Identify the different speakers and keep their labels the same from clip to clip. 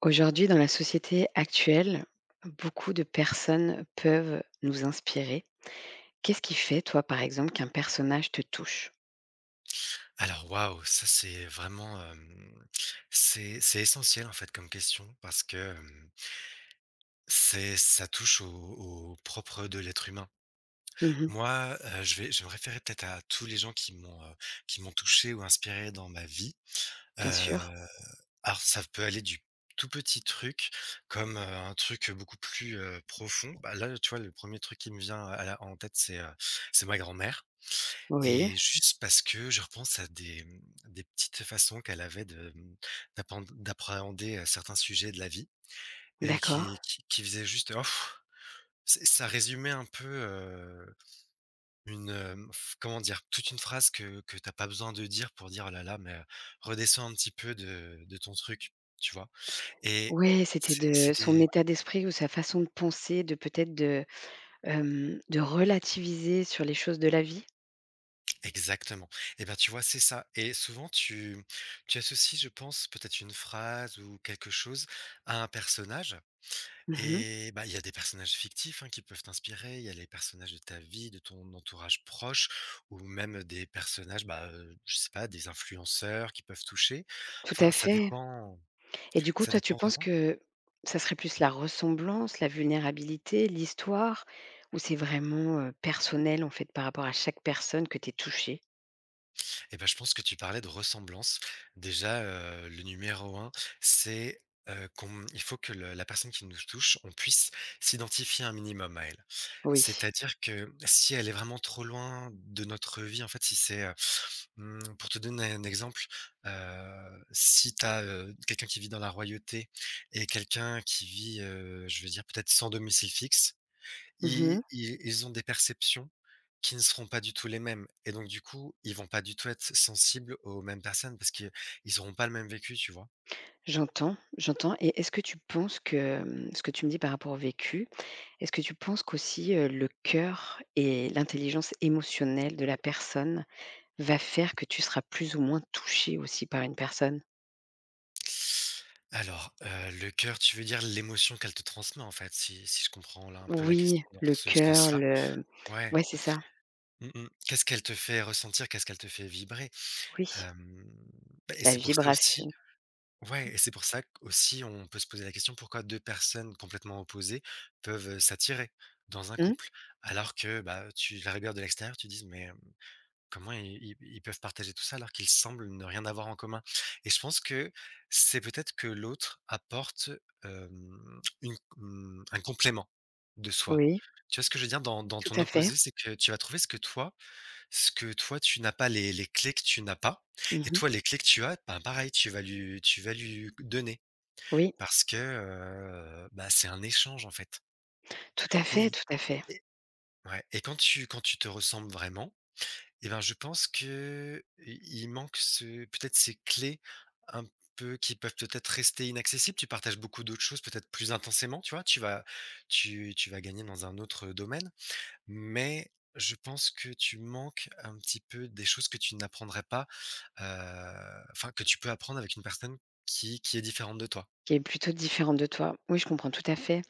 Speaker 1: Aujourd'hui, dans la société actuelle, beaucoup de personnes peuvent nous inspirer. Qu'est-ce qui fait, toi, par exemple, qu'un personnage te touche?
Speaker 2: Alors waouh, ça c'est vraiment, c'est essentiel en fait comme question parce que, c'est ça touche au propre de l'être humain.
Speaker 1: Mmh.
Speaker 2: Moi, je vais me référer peut-être à tous les gens qui m'ont touché ou inspiré dans ma vie.
Speaker 1: Bien sûr,
Speaker 2: Heu, alors ça peut aller du tout petit truc comme, un truc, beaucoup plus, profond. Bah, là, tu vois, le premier truc qui me vient à la en tête, c'est ma grand-mère.
Speaker 1: oui,
Speaker 2: Et juste parce que je repense à des petites façons qu'elle avait d'appréhender certains sujets de la vie, et
Speaker 1: d'accord.
Speaker 2: qui faisaient juste, Oh, c'est ça résumait un peu, une, hem, f comment dire? Toute une phrase que t'as pas besoin de dire pour dire: «Oh là là, mais redescends un petit peu de ton truc», tu vois? Et
Speaker 1: Oui, c'était de son
Speaker 2: c'était.
Speaker 1: état d'esprit ou sa façon de penser, de peut-être de relativiser sur les choses de la vie?
Speaker 2: Exactement. Et ben tu vois, c'est ça, et souvent tu associes, je pense, peut-être une phrase ou quelque chose à un personnage.
Speaker 1: Mmh.
Speaker 2: Et bah, il y a des personnages fictifs, hein, qui peuvent t'inspirer. Il y a les personnages de ta vie, de ton entourage proche, ou même des personnages, bah, je sais pas, des influenceurs qui peuvent toucher.
Speaker 1: Tout
Speaker 2: Enfin,
Speaker 1: à fait et du coup,
Speaker 2: ça
Speaker 1: toi, tu
Speaker 2: dépend
Speaker 1: penses
Speaker 2: vraiment.
Speaker 1: que ça serait plus la ressemblance, la vulnérabilité, l'histoire ou c'est vraiment, personnel, en fait, par rapport à chaque personne que tu es touché?
Speaker 2: Et ben je pense que tu parlais de ressemblance. Déjà, le numéro un, c'est, qu'on il faut que le la personne qui nous touche, on puisse s'identifier un minimum à elle.
Speaker 1: Oui.
Speaker 2: C'est-à-dire que si elle est vraiment trop loin de notre vie, en fait, si c'est, mmh, pour te donner un exemple, si tu as quelqu'un qui vit dans la royauté et quelqu'un qui vit, je veux dire, peut-être sans domicile fixe, ils
Speaker 1: Mmh.
Speaker 2: ils ils ont des perceptions qui ne seront pas du tout les mêmes, et donc du coup, ils vont pas du tout être sensibles aux mêmes personnes parce qu'ils n'auront pas le même vécu, tu vois?
Speaker 1: J'entends, j'entends et est-ce que tu penses que, ce que tu me dis par rapport au vécu, est-ce que tu penses qu'aussi, le cœur et l'intelligence émotionnelle de la personne va faire que tu seras plus ou moins touché aussi par une personne?
Speaker 2: Alors, le cœur, tu veux dire l'émotion qu'elle te transmet, en fait, si je comprends là un peu la
Speaker 1: Oui,
Speaker 2: question dans
Speaker 1: le
Speaker 2: ce
Speaker 1: cœur,
Speaker 2: sens-là? Ouais.
Speaker 1: ouais, c'est ça.
Speaker 2: Mmh mh. Qu'est-ce qu'elle te fait ressentir? Qu'est-ce qu'elle te fait vibrer?
Speaker 1: Oui,
Speaker 2: Hem, bah, et
Speaker 1: la
Speaker 2: c'est pour ça aussi.
Speaker 1: vibration.
Speaker 2: Ouais, et c'est pour ça qu'aussi on peut se poser la question: pourquoi 2 personnes complètement opposées peuvent, s'attirer dans un
Speaker 1: Mmh,
Speaker 2: couple? Alors que, bah, tu la regardes de l'extérieur, tu dis: «Mais, comment ils peuvent partager tout ça, alors qu'ils semblent ne rien avoir en commun?» Et je pense que c'est peut-être que l'autre apporte, un complément de soi.
Speaker 1: oui,
Speaker 2: Tu vois ce que je veux dire? Dans
Speaker 1: tout
Speaker 2: ton
Speaker 1: à fait.
Speaker 2: opposé, c'est que tu vas trouver ce que toi, tu n'as pas, les clés que tu n'as pas. Et
Speaker 1: Mmh.
Speaker 2: toi, les clés que tu as, ben, pareil, tu vas lui donner,
Speaker 1: Oui,
Speaker 2: parce que, bah, c'est un échange en fait. et
Speaker 1: tout à fait,
Speaker 2: et ouais, et quand tu te ressembles vraiment, et ben, je pense qu'il manque ce peut-être ces clés un peu qui peuvent peut-être rester inaccessibles. Tu partages beaucoup d'autres choses peut-être plus intensément, tu vois? Tu vas gagner dans un autre domaine, mais je pense que tu manques un petit peu des choses que tu n'apprendrais pas, enfin que tu peux apprendre avec une personne qui est différente de toi.
Speaker 1: qui est plutôt différente de toi. Oui, je comprends tout à fait.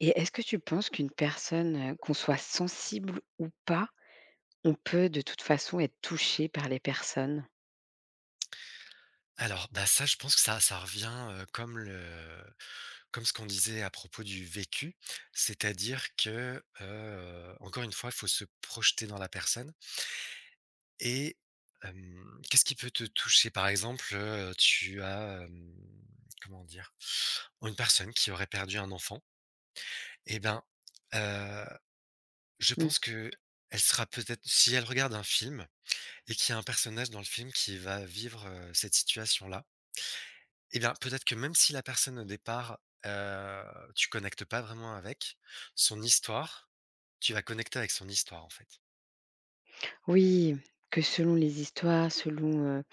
Speaker 1: Et est-ce que tu penses qu'une personne, qu'on soit sensible ou pas, on peut de toute façon être touché par les personnes?
Speaker 2: Alors, bah, ça, je pense que ça revient, comme ce qu'on disait à propos du vécu. C'est-à-dire que, encore une fois, il faut se projeter dans la personne. Et qu'est-ce qui peut te toucher? Par exemple, tu as, comment dire? Une personne qui aurait perdu un enfant. Et ben, heu, je
Speaker 1: Mmh.
Speaker 2: pense que elle sera peut-être, si elle regarde un film, et qu'il y a un personnage dans le film qui va vivre, cette situation-là. Eh bien, peut-être que, même si la personne au départ, heu, tu connectes pas vraiment avec son histoire, tu vas connecter avec son histoire, en fait.
Speaker 1: Oui, que selon les histoires, selon, heu,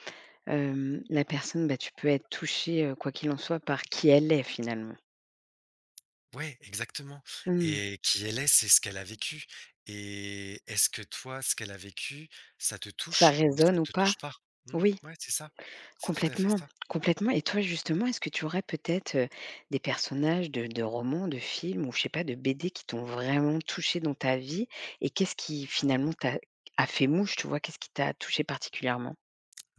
Speaker 1: hem, la personne, bah, tu peux être touché, quoi qu'il en soit, par qui elle est finalement.
Speaker 2: Ouais, exactement.
Speaker 1: Mmh.
Speaker 2: Et qui elle est, c'est ce qu'elle a vécu. Et est-ce que toi, ce qu'elle a vécu, ça te
Speaker 1: Ça
Speaker 2: touche ou ça
Speaker 1: résonne ou
Speaker 2: te
Speaker 1: pas?
Speaker 2: touche pas? Mmh,
Speaker 1: Oui.
Speaker 2: ouais, c'est ça, c'est tout à fait
Speaker 1: Complètement,
Speaker 2: ça.
Speaker 1: complètement et toi justement, est-ce que tu aurais peut-être, des personnages de romans, de films ou je sais pas, de BD qui t'ont vraiment touché dans ta vie et qu'est-ce qui finalement t'a a fait mouche, tu vois? Qu'est-ce qui t'a touché particulièrement?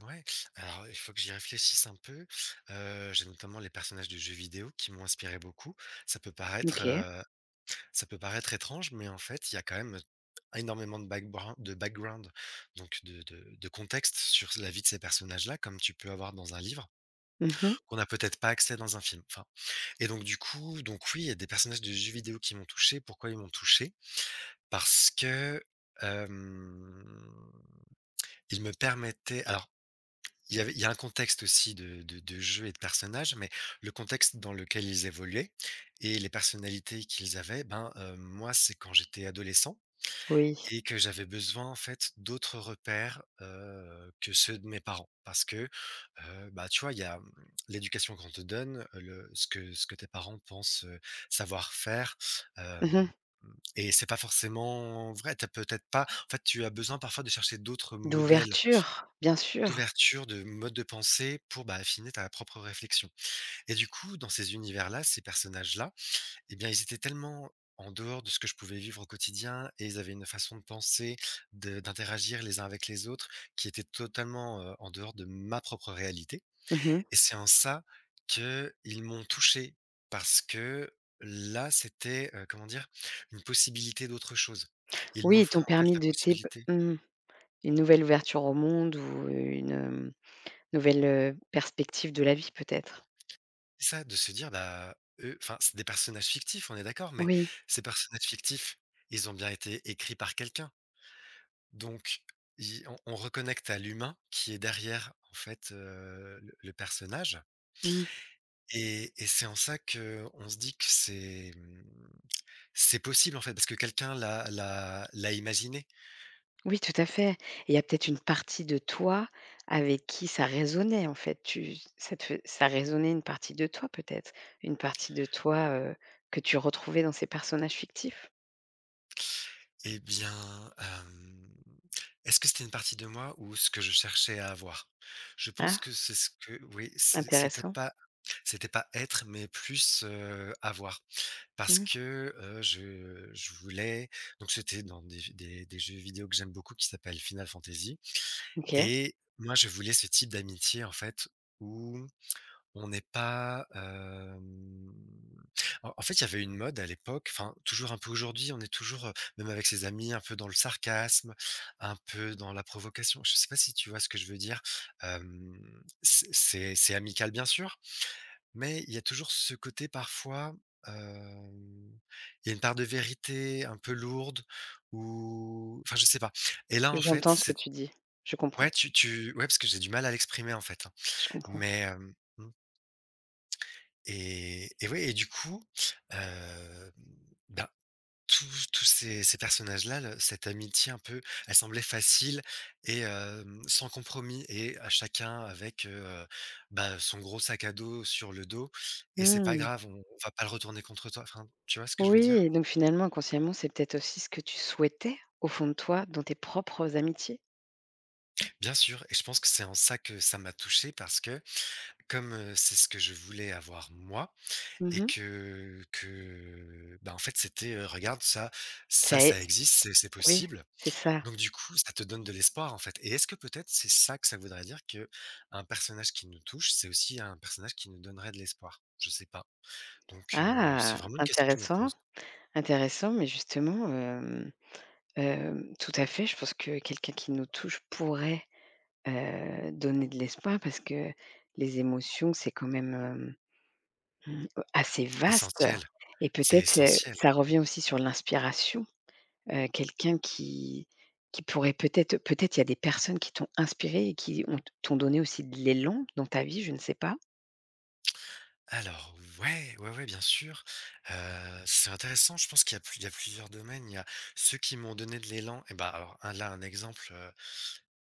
Speaker 2: Ouais, alors il faut que j'y réfléchisse un peu, j'ai notamment les personnages de jeux vidéo qui m'ont inspiré beaucoup. Ça peut paraître,
Speaker 1: OK.
Speaker 2: heu Ça peut paraître étrange, mais en fait, il y a quand même énormément de backbra de background, donc de contexte sur la vie de ces personnages-là, comme tu peux avoir dans un livre,
Speaker 1: Mmh.
Speaker 2: qu'on n'a peut-être pas accès dans un film, enfin. Et donc du coup, donc oui, il y a des personnages de jeux vidéo qui m'ont touché. Pourquoi ils m'ont touché? Parce que, hem, ils me permettaient, alors, il y a un contexte aussi de jeu et de personnages, mais le contexte dans lequel ils évoluaient et les personnalités qu'ils avaient, ben, moi, c'est quand j'étais adolescent
Speaker 1: Oui.
Speaker 2: et que j'avais besoin en fait d'autres repères, que ceux de mes parents. Parce que, bah, tu vois, il y a, l'éducation qu'on te donne, le ce que tes parents pensent, savoir faire,
Speaker 1: Mmh.
Speaker 2: hem et c'est pas forcément vrai. T'as peut-être pas, en fait, tu as besoin parfois de chercher d'autres modèles
Speaker 1: D'ouverture, bien sûr.
Speaker 2: d'ouverture, de modes de pensée pour, bah, affiner ta propre réflexion. Et du coup, dans ces univers-là, ces personnages-là, eh bien, ils étaient tellement en dehors de ce que je pouvais vivre au quotidien, et ils avaient une façon de penser, de d'interagir les uns avec les autres, qui était totalement, en dehors de ma propre réalité,
Speaker 1: Mmh.
Speaker 2: et c'est en ça qu'ils m'ont touché, parce que là, c'était, comment dire? Une possibilité d'autre chose. Ils
Speaker 1: Oui, ils t'ont
Speaker 2: m'offraient, en fait,
Speaker 1: permis
Speaker 2: la
Speaker 1: de
Speaker 2: possibilité.
Speaker 1: mmh, une nouvelle ouverture au monde ou une, nouvelle, perspective de la vie peut-être?
Speaker 2: C'est ça, de se dire, bah, eux, enfin, c'est des personnages fictifs, on est d'accord, mais
Speaker 1: Oui.
Speaker 2: ces personnages fictifs, ils ont bien été écrits par quelqu'un. Donc, il on reconnecte à l'humain qui est derrière, en fait, le personnage.
Speaker 1: Mmh.
Speaker 2: Et c'est en ça que on se dit que c'est possible, en fait, parce que quelqu'un l'a imaginé.
Speaker 1: Oui, tout à fait. Et il y a peut-être une partie de toi avec qui ça résonnait en fait. Tu ça te fai ça résonnait une partie de toi peut-être? Une partie de toi, que tu retrouvais dans ces personnages fictifs?
Speaker 2: Eh bien, est-ce que c'était une partie de moi ou ce que je cherchais à avoir? Je pense
Speaker 1: Ah,
Speaker 2: que c'est ce que oui,
Speaker 1: intéressant.
Speaker 2: c'était pas être, mais plus, avoir. Parce
Speaker 1: Mmh.
Speaker 2: que, je voulais, donc c'était dans des jeux vidéo que j'aime beaucoup qui s'appelle Final Fantasy,
Speaker 1: OK.
Speaker 2: et moi je voulais ce type d'amitié en fait, où on n'est pas, hem en fait, il y avait une mode à l'époque, enfin toujours un peu aujourd'hui, on est toujours, même avec ses amis, un peu dans le sarcasme, un peu dans la provocation. Je ne sais pas si tu vois ce que je veux dire? Hem, c'est amical, bien sûr, mais il y a toujours ce côté parfois, hem, il y a une part de vérité un peu lourde, ou enfin je sais pas. Et là en fait,
Speaker 1: J'entends ce que
Speaker 2: c'est...
Speaker 1: tu dis. Je
Speaker 2: Ouais,
Speaker 1: comprends,
Speaker 2: tu tu ouais, parce que j'ai du mal à l'exprimer en fait, hein.
Speaker 1: je comprends.
Speaker 2: Mais, hem, mmh et ouais, et du coup, hem, ben, tous ces personnages-là, le cette amitié un peu, elle semblait facile et, sans compromis, et à chacun avec, bah, son gros sac à dos sur le dos, et c'est pas
Speaker 1: Mmh.
Speaker 2: grave, on va pas le retourner contre toi. Enfin, tu vois ce que je veux
Speaker 1: Oui
Speaker 2: dire?
Speaker 1: et donc finalement inconsciemment, c'est peut-être aussi ce que tu souhaitais au fond de toi dans tes propres amitiés?
Speaker 2: Bien sûr, et je pense que c'est en ça que ça m'a touché, parce que, comme, c'est ce que je voulais avoir, moi. Et
Speaker 1: Mmh.
Speaker 2: que, bah, en fait, c'était: «Regarde ça, ça,
Speaker 1: Ça est
Speaker 2: ça existe, c'est
Speaker 1: oui,
Speaker 2: possible».
Speaker 1: c'est ça.
Speaker 2: Donc du coup, ça te donne de l'espoir, en fait. Et est-ce que peut-être c'est ça que ça voudrait dire, que un personnage qui nous touche, c'est aussi un personnage qui nous donnerait de l'espoir? Je sais pas. Donc, c'est
Speaker 1: Ah!
Speaker 2: vraiment une question que je me
Speaker 1: Intéressant,
Speaker 2: pose.
Speaker 1: intéressant mais justement, tout à fait, je pense que quelqu'un qui nous touche pourrait, donner de l'espoir parce que les émotions, c'est quand même, mmh, assez vaste
Speaker 2: Essentiel,
Speaker 1: et
Speaker 2: c'est
Speaker 1: peut-être,
Speaker 2: essentiel.
Speaker 1: ça revient aussi sur l'inspiration. Quelqu'un qui pourrait peut-être il y a des personnes qui t'ont inspiré et qui ont t'ont donné aussi de l'élan dans ta vie, je ne sais pas?
Speaker 2: Alors ouais, ouais, ouais, bien sûr, c'est intéressant, je pense qu'il y a plusieurs domaines. Il y a ceux qui m'ont donné de l'élan. Et bah, alors un là, un exemple,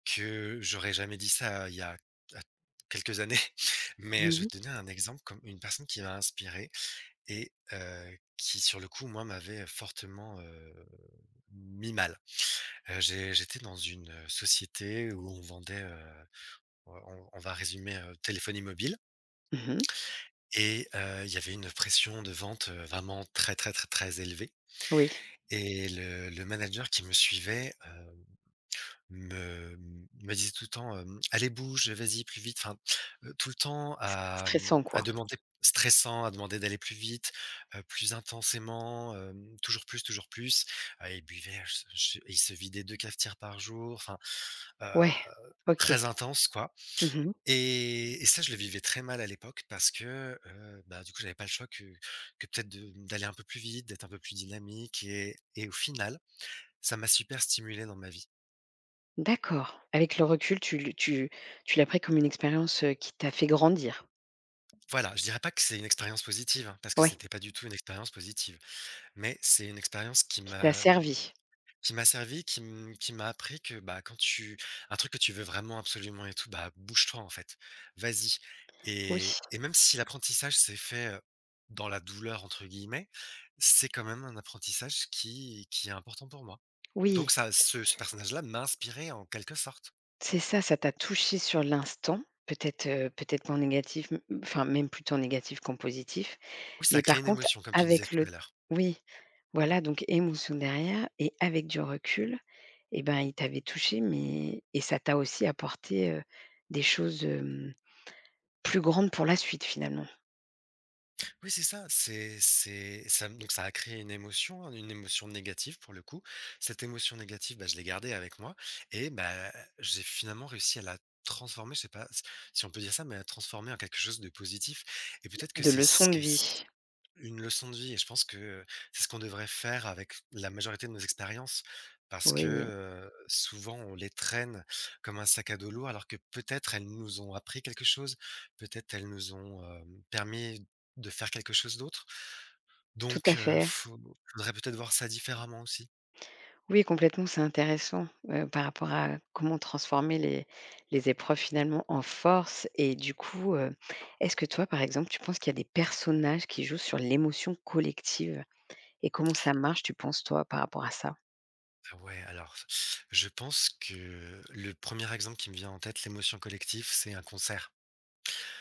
Speaker 2: que j'aurais jamais dit ça, il y a à quelques années, mais je
Speaker 1: Mmh
Speaker 2: vais
Speaker 1: mh.
Speaker 2: te donner un exemple, comme une personne qui m'a inspiré. Et qui, sur le coup, moi, m'avait fortement, mis mal. J'étais dans une, société où on vendait, on va résumer, téléphonie mobile
Speaker 1: Mmh.
Speaker 2: et il y avait une pression de vente, vraiment très, très, très, très élevée
Speaker 1: Oui,
Speaker 2: et le manager qui me suivait, Me me disait tout le temps, hem: «Allez bouge, vas-y plus vite», enfin, tout le temps à,
Speaker 1: stressant
Speaker 2: à
Speaker 1: quoi.
Speaker 2: demander stressant, à demander d'aller plus vite, plus intensément, toujours plus, il buvait j j il se vidait 2 cafetières par jour, enfin, heu,
Speaker 1: Ouais, OK.
Speaker 2: très intense quoi.
Speaker 1: Mmh.
Speaker 2: Et ça je le vivais très mal à l'époque parce que, bah, du coup j'avais pas le choix que peut-être de d'aller un peu plus vite, d'être un peu plus dynamique et au final, ça m'a super stimulé dans ma vie.
Speaker 1: D'accord. Avec le recul, tu le tu tu l'as pris comme une expérience, qui t'a fait grandir?
Speaker 2: Voilà, je dirais pas que c'est une expérience positive, hein, parce que
Speaker 1: Ouais,
Speaker 2: c'était pas du tout une expérience positive, mais c'est une expérience qui
Speaker 1: qui t'a
Speaker 2: m'a,
Speaker 1: servi.
Speaker 2: qui m'a servi, qui m'a appris que, bah, quand tu un truc que tu veux vraiment absolument et tout, bah, bouge-toi, en fait. Vas-y
Speaker 1: Oui,
Speaker 2: et même si l'apprentissage s'est fait, dans «la douleur» entre guillemets, c'est quand même un apprentissage qui est important pour moi. Donc
Speaker 1: oui,
Speaker 2: ça ce personnage-là m'a inspiré en quelque sorte.
Speaker 1: c'est ça, ça t'a touché sur l'instant, peut-être, peut-être en négatif, m enfin même plutôt en négatif qu'en positif.
Speaker 2: Oui, ça a
Speaker 1: Mais
Speaker 2: créé
Speaker 1: par
Speaker 2: une
Speaker 1: contre
Speaker 2: émotion comme tu disais
Speaker 1: avec
Speaker 2: tout
Speaker 1: le
Speaker 2: à l'heure.
Speaker 1: oui, voilà donc émotion derrière et avec du recul et ben, il t'avait touché et ça t'a aussi apporté, des choses, hem Plus grande pour la suite finalement,
Speaker 2: Oui, c'est ça, c'est ça donc ça a créé une émotion, hein, une émotion négative pour le coup. Cette émotion négative, bah, je l'ai gardée avec moi et bah, j'ai finalement réussi à la transformer, je sais pas s si on peut dire ça, mais à la transformer en quelque chose de positif et peut-être que
Speaker 1: de
Speaker 2: c'est ce
Speaker 1: leçons de
Speaker 2: qui est
Speaker 1: vie.
Speaker 2: une leçon de vie et je pense que c'est ce qu'on devrait faire avec la majorité de nos expériences parce que,
Speaker 1: Oui,
Speaker 2: souvent on les traîne comme un sac à dos lourd alors que peut-être elles nous ont appris quelque chose, peut-être elles nous ont, permis de faire quelque chose d'autre.
Speaker 1: tout
Speaker 2: Donc
Speaker 1: à fait.
Speaker 2: faudrait peut-être voir ça différemment aussi.
Speaker 1: Oui complètement, c'est intéressant, par rapport à comment transformer les épreuves finalement en force et du coup, est-ce que toi par exemple, tu penses qu'il y a des personnages qui jouent sur l'émotion collective et comment ça marche tu penses toi par rapport à ça?
Speaker 2: Ah ouais, alors je pense que le premier exemple qui me vient en tête, l'émotion collective, c'est un concert.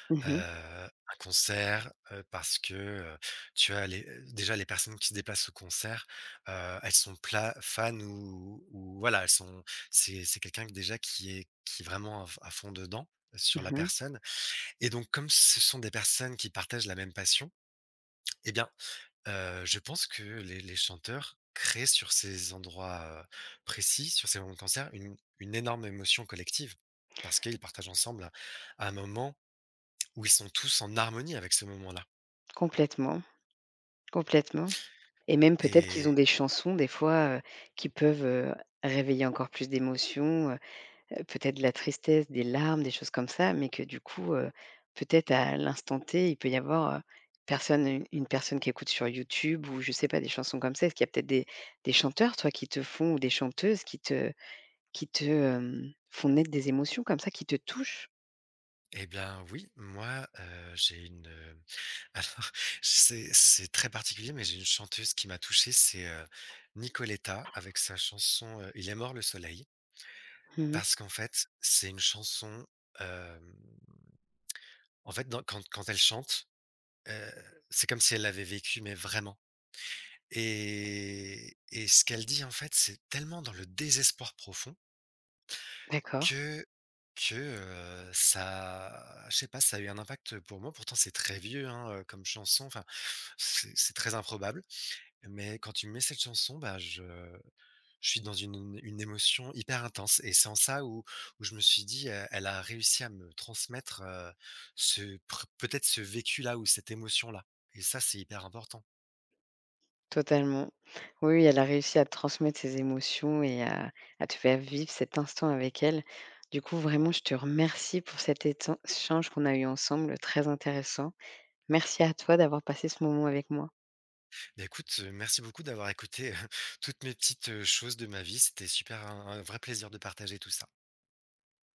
Speaker 1: Mmh mh.
Speaker 2: Un concert, parce que, tu as les déjà les personnes qui se déplacent au concert, elles sont pla fans ou voilà, elles sont c'est quelqu'un que déjà qui est vraiment à f à fond dedans, sur la
Speaker 1: Mmh.
Speaker 2: personne et donc comme ce sont des personnes qui partagent la même passion et bien, je pense que les chanteurs créent sur ces endroits, précis, sur ces moments de concert, une énorme émotion collective. Parce qu'ils partagent ensemble un moment où ils sont tous en harmonie avec ce moment-là
Speaker 1: Complètement, complètement et même peut-être qu'ils
Speaker 2: et
Speaker 1: ont des chansons des fois, qui peuvent, réveiller encore plus d'émotions, peut-être de la tristesse, des larmes, des choses comme ça, mais que du coup, peut-être à l'instant T, il peut y avoir, personne une personne qui écoute sur YouTube ou je sais pas, des chansons comme ça. Est-ce qu'il y a peut-être des chanteurs, toi, qui te font ou des chanteuses qui te font naître des émotions comme ça, qui te touchent?
Speaker 2: eh bien oui, moi, j'ai une, alors c'est très particulier, mais j'ai une chanteuse qui m'a touché, c'est, Nicoletta avec sa chanson, Il est mort le soleil.
Speaker 1: Mmh.
Speaker 2: Parce qu'en fait, c'est une chanson, hem, en fait, dans quand elle chante, heu, c'est comme si elle l'avait vécu, mais vraiment et ce qu'elle dit, en fait, c'est tellement dans le désespoir profond.
Speaker 1: D'accord,
Speaker 2: Que ça je sais pas, ça a eu un impact pour moi. Pourtant, c'est très vieux, hein, comme chanson, enfin, c'est très improbable. Mais quand tu me mets cette chanson, bah, je suis dans une émotion hyper intense et c'est en ça où où je me suis dit: elle a réussi à me transmettre, ce pr peut-être ce vécu-là ou cette émotion-là» et ça, c'est hyper important.
Speaker 1: totalement. Oui, oui, elle a réussi à te transmettre ses émotions et à te faire vivre cet instant avec elle. Du coup, vraiment, je te remercie pour cet étan échange qu'on a eu ensemble, très intéressant. Merci à toi d'avoir passé ce moment avec moi.
Speaker 2: Bah, écoute, merci beaucoup d'avoir écouté, toutes mes petites, choses de ma vie. C'était super un vrai plaisir de partager tout ça.